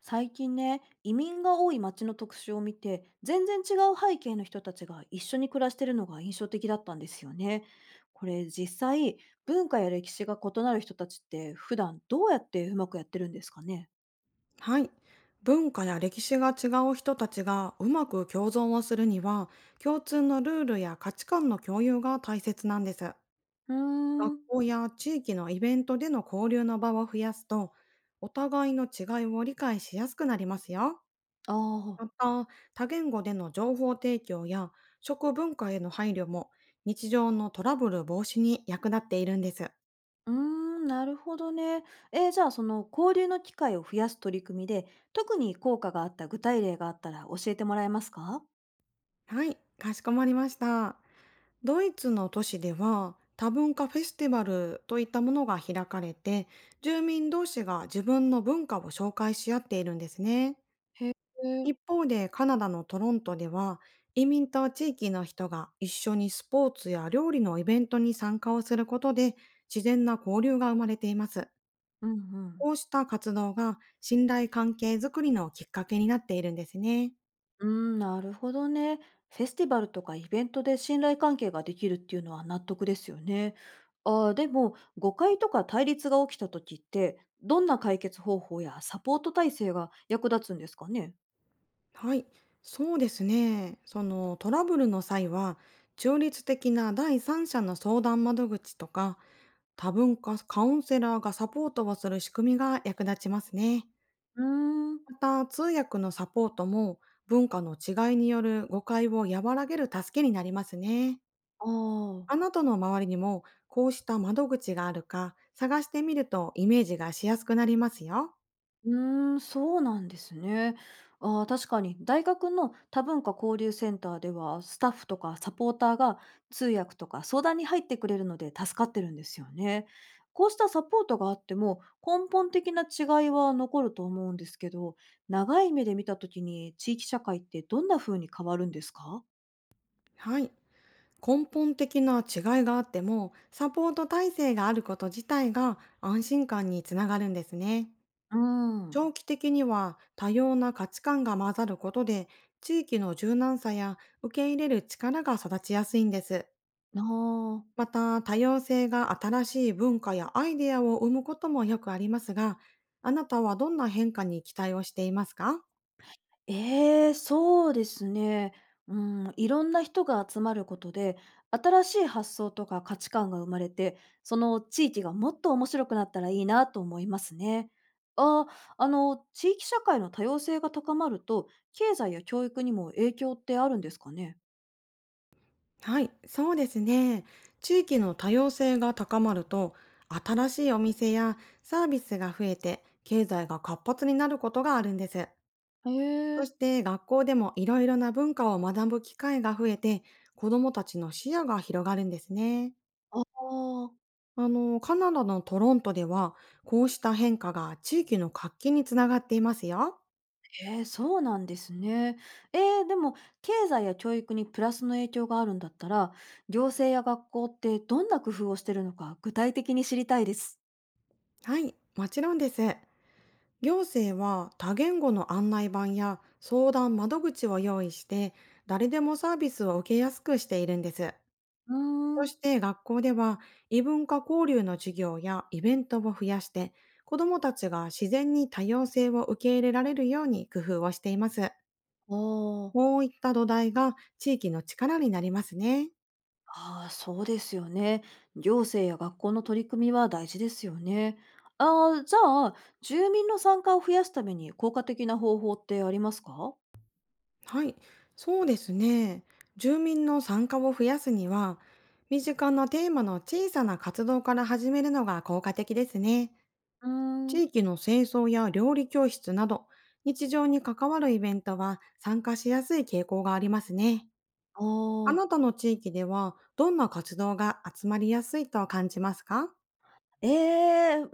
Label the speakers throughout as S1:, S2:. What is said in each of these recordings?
S1: 最近ね、移民が多い町の特集を見て、全然違う背景の人たちが一緒に暮らしてるのが印象的だったんですよね。これ実際、文化や歴史が異なる人たちって普段どうやってうまくやってるんですかね？
S2: はい。文化や歴史が違う人たちがうまく共存をするには、共通のルールや価値観の共有が大切なんです。
S1: うー
S2: 学
S1: ん、
S2: 校や地域のイベントでの交流の場を増やすと、お互いの違いを理解しやすくなりますよ。
S1: ああ、
S2: また、多言語での情報提供や食文化への配慮も日常のトラブル防止に役立っているんです。
S1: うーん、なるほどね。じゃあその交流の機会を増やす取り組みで、特に効果があった具体例があったら教えてもらえますか？
S2: はい、かしこまりました。ドイツの都市では多文化フェスティバルといったものが開かれて、住民同士が自分の文化を紹介し合っているんですね。
S1: へえ、
S2: 一方でカナダのトロントでは、移民と地域の人が一緒にスポーツや料理のイベントに参加をすることで自然な交流が生まれています。
S1: うんうん。
S2: こうした活動が信頼関係づくりのきっかけになっているんですね。
S1: うーん、なるほどね。フェスティバルとかイベントで信頼関係ができるっていうのは納得ですよね。でも、誤解とか対立が起きた時って、どんな解決方法やサポート体制が役立つんですかね？
S2: はい、そうですね。そのトラブルの際は、中立的な第三者の相談窓口とか、多文化カウンセラーがサポートをする仕組みが役立ちますね。
S1: うーん。
S2: また、通訳のサポートも文化の違いによる誤解を和らげる助けになりますね。
S1: あ
S2: あ
S1: あ。
S2: なたの周りにもこうした窓口があるか探してみるとイメージがしやすくなりますよ。
S1: うーん、そうなんですね。ああ、確かに大学の多文化交流センターではスタッフとかサポーターが通訳とか相談に入ってくれるので助かってるんですよね。こうしたサポートがあっても根本的な違いは残ると思うんですけど、長い目で見た時に地域社会ってどんな風に変わるんですか？
S2: はい。根本的な違いがあっても、サポート体制があること自体が安心感につながるんですね。
S1: うーん。
S2: 長期的には多様な価値観が混ざることで、地域の柔軟さや受け入れる力が育ちやすいんです。
S1: なあ。
S2: また、多様性が新しい文化やアイデアを生むこともよくありますが、あなたはどんな変化に期待をしていますか？
S1: ええ、そうですね。うん、いろんな人が集まることで、新しい発想とか価値観が生まれて、その地域がもっと面白くなったらいいなと思いますね。ああ、地域社会の多様性が高まると、経済や教育にも影響ってあるんですかね？
S2: はい、そうですね。地域の多様性が高まると、新しいお店やサービスが増えて、経済が活発になることがあるんです。
S1: へ
S2: そ
S1: え。
S2: して学校でもいろいろな文化を学ぶ機会が増えて、子どもたちの視野が広がるんですね。
S1: ああ。
S2: あの、カナダのトロントでは、こうした変化が地域の活気につながっていますよ。
S1: えー、そうなんですね。でも経済や教育にプラスの影響があるんだったら、行政や学校ってどんな工夫をしてるのか具体的に知りたいです。
S2: はい、もちろんです。行政は多言語の案内板や相談窓口を用意して、誰でもサービスを受けやすくしているんです。
S1: うー
S2: そ
S1: ん、
S2: して学校では、異文化交流の授業やイベントを増やして、子どもたちが自然に多様性を受け入れられるように工夫をしています。
S1: おー。
S2: こういった土台が地域の力になりますね。
S1: ああ、そうですよね。行政や学校の取り組みは大事ですよね。ああ、じゃあ、住民の参加を増やすために効果的な方法ってありますか？
S2: はい、そうですね。住民の参加を増やすには、身近なテーマの小さな活動から始めるのが効果的ですね。
S1: うー
S2: 地
S1: ん、
S2: 域の清掃や料理教室など、日常に関わるイベントは参加しやすい傾向がありますね。あ
S1: おー。
S2: なたの地域ではどんな活動が集まりやすいと感じますか？
S1: ええ、う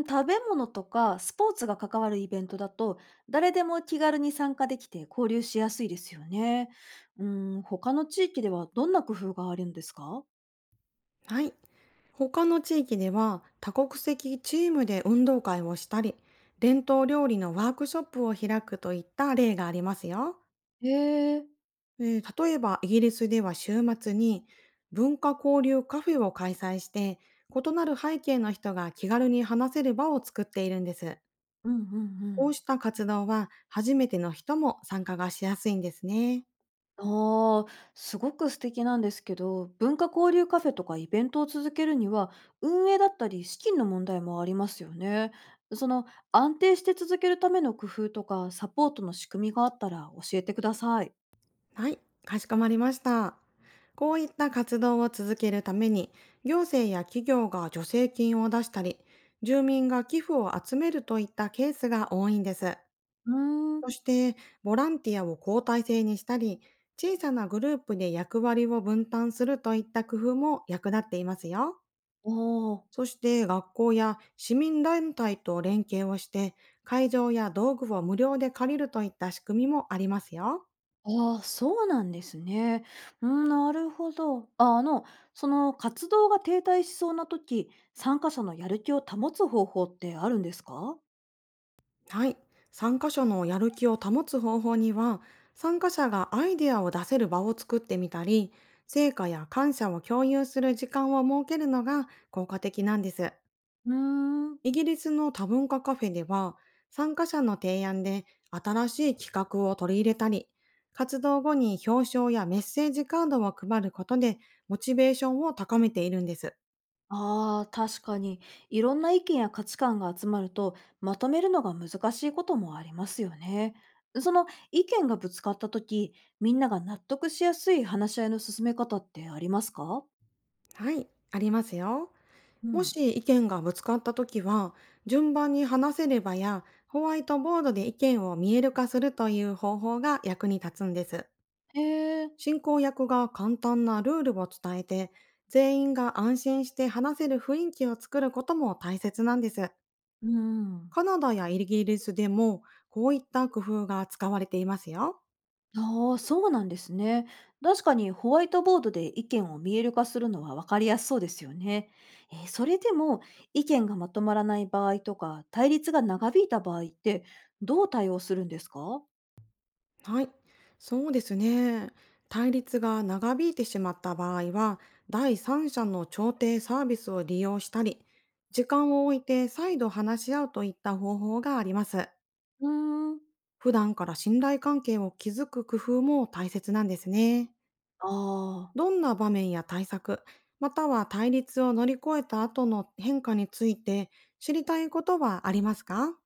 S1: ーん、食べ物とかスポーツが関わるイベントだと、誰でも気軽に参加できて交流しやすいですよね。うーん、他の地域ではどんな工夫があるんですか？
S2: はい。他の地域では多国籍チームで運動会をしたり、伝統料理のワークショップを開くといった例がありますよ。
S1: へえ、
S2: 例えばイギリスでは、週末に文化交流カフェを開催して、異なる背景の人が気軽に話せる場を作っているんです。
S1: うんうんう
S2: こう
S1: ん。
S2: した活動は初めての人も参加がしやすいんですね。
S1: ああ、すごく素敵なんですけど、文化交流カフェとかイベントを続けるには、運営だったり資金の問題もありますよね。その安定して続けるための工夫とかサポートの仕組みがあったら教えてください。
S2: はい、かしこまりました。こういった活動を続けるために、行政や企業が助成金を出したり、住民が寄付を集めるといったケースが多いんです。
S1: うーん、
S2: そして、ボランティアを交代制にしたり、小さなグループで役割を分担するといった工夫も役立っていますよ。
S1: ああ。
S2: そして、学校や市民団体と連携をして、会場や道具を無料で借りるといった仕組みもありますよ。
S1: ああ、そうなんですね。うん、なるほど。あ、その活動が停滞しそうな時、参加者のやる気を保つ方法ってあるんですか？
S2: はい。参加者のやる気を保つ方法には、参加者がアイデアを出せる場を作ってみたり、成果や感謝を共有する時間を設けるのが効果的なんです。
S1: うー
S2: イ
S1: ん。
S2: ギリスの多文化カフェでは、参加者の提案で新しい企画を取り入れたり、活動後に表彰やメッセージカードを配ることで、モチベーションを高めているんです。
S1: ああ、確かに。いろんな意見や価値観が集まると、まとめるのが難しいこともありますよね。その意見がぶつかった時、みんなが納得しやすい話し合いの進め方ってありますか？
S2: はい、ありますよ。
S1: う
S2: も
S1: ん。
S2: し意見がぶつかったときは、順番に話せればや、ホワイトボードで意見を見える化するという方法が役に立つんです。
S1: へえ。
S2: 進行役が簡単なルールを伝えて、全員が安心して話せる雰囲気を作ることも大切なんです。
S1: うん。
S2: カナダやイギリスでも、こういった工夫が使われていますよ。
S1: ああ、そうなんですね。確かにホワイトボードで意見を見える化するのは分かりやすそうですよね。それでも意見がまとまらない場合とか、対立が長引いた場合ってどう対応するんですか？
S2: はい、そうですね。対立が長引いてしまった場合は、第三者の調停サービスを利用したり、時間を置いて再度話し合うといった方法があります。
S1: うーん、
S2: 普段から信頼関係を築く工夫も大切なんですね。
S1: ああ、
S2: どんな場面や対策、または対立を乗り越えた後の変化について知りたいことはありますか？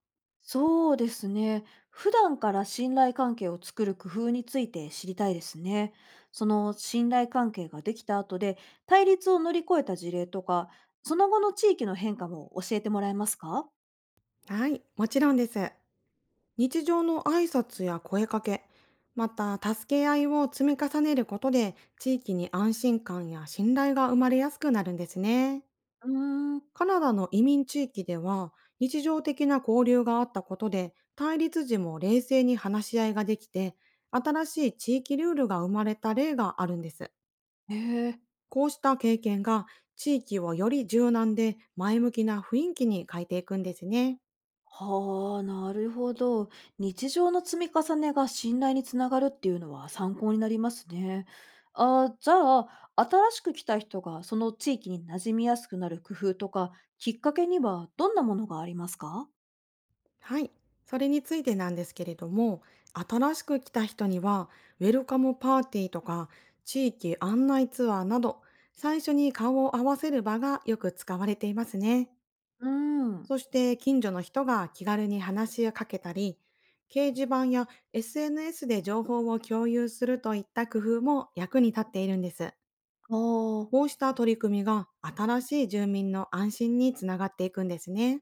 S1: そうですね。普段から信頼関係を作る工夫について知りたいですね。その信頼関係ができた後で対立を乗り越えた事例とか、その後の地域の変化も教えてもらえますか？
S2: はい、もちろんです。日常の挨拶や声かけ、また助け合いを積み重ねることで、地域に安心感や信頼が生まれやすくなるんですね。
S1: うーん。
S2: カナダの移民地域では、日常的な交流があったことで対立時も冷静に話し合いができて、新しい地域ルールが生まれた例があるんです。
S1: ええ、
S2: こうした経験が、地域をより柔軟で前向きな雰囲気に変えていくんですね。
S1: はあ、なるほど。日常の積み重ねが信頼につながるっていうのは参考になりますね。あ、じゃあ、新しく来た人がその地域に馴染みやすくなる工夫とか、きっかけにはどんなものがありますか？
S2: はい。それについてなんですけれども、新しく来た人には、ウェルカムパーティーとか、地域案内ツアーなど、最初に顔を合わせる場がよく使われていますね。
S1: うーん。
S2: そして、近所の人が気軽に話をかけたり、掲示板や SNS で情報を共有するといった工夫も役に立っているんです。
S1: あ
S2: こう
S1: あ。
S2: した取り組みが、新しい住民の安心につながっていくんですね。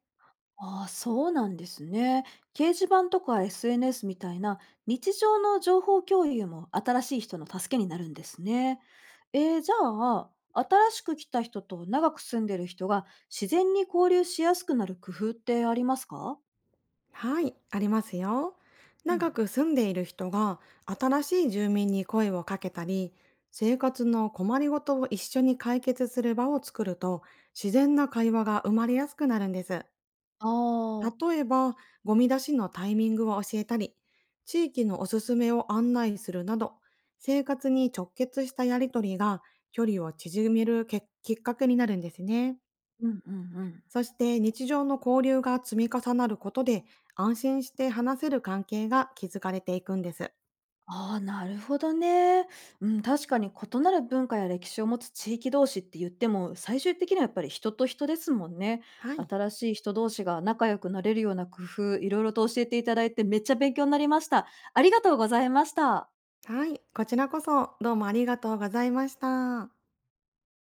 S1: ああ、そうなんですね。掲示板とか SNS みたいな日常の情報共有も新しい人の助けになるんですね。じゃあ、新しく来た人と長く住んでる人が自然に交流しやすくなる工夫ってありますか？
S2: はい、ありますよ。
S1: う
S2: 長
S1: ん。
S2: く住んでいる人が新しい住民に声をかけたり、生活の困りごとを一緒に解決する場を作ると、自然な会話が生まれやすくなるんです。
S1: ああ、
S2: 例えば、ゴミ出しのタイミングを教えたり、地域のおすすめを案内するなど、生活に直結したやりとりが距離を縮めるきっかけになるんですね。
S1: うんうんうん、
S2: そして、日常の交流が積み重なることで、安心して話せる関係が築かれていくんです。
S1: ああ、なるほどね。うん、確かに異なる文化や歴史を持つ地域同士って言っても、最終的にはやっぱり人と人ですもんね。
S2: はい。
S1: 新しい人同士が仲良くなれるような工夫、いろいろと教えていただいてめっちゃ勉強になりました。ありがとうございました。
S2: はい、こちらこそどうもありがとうございました。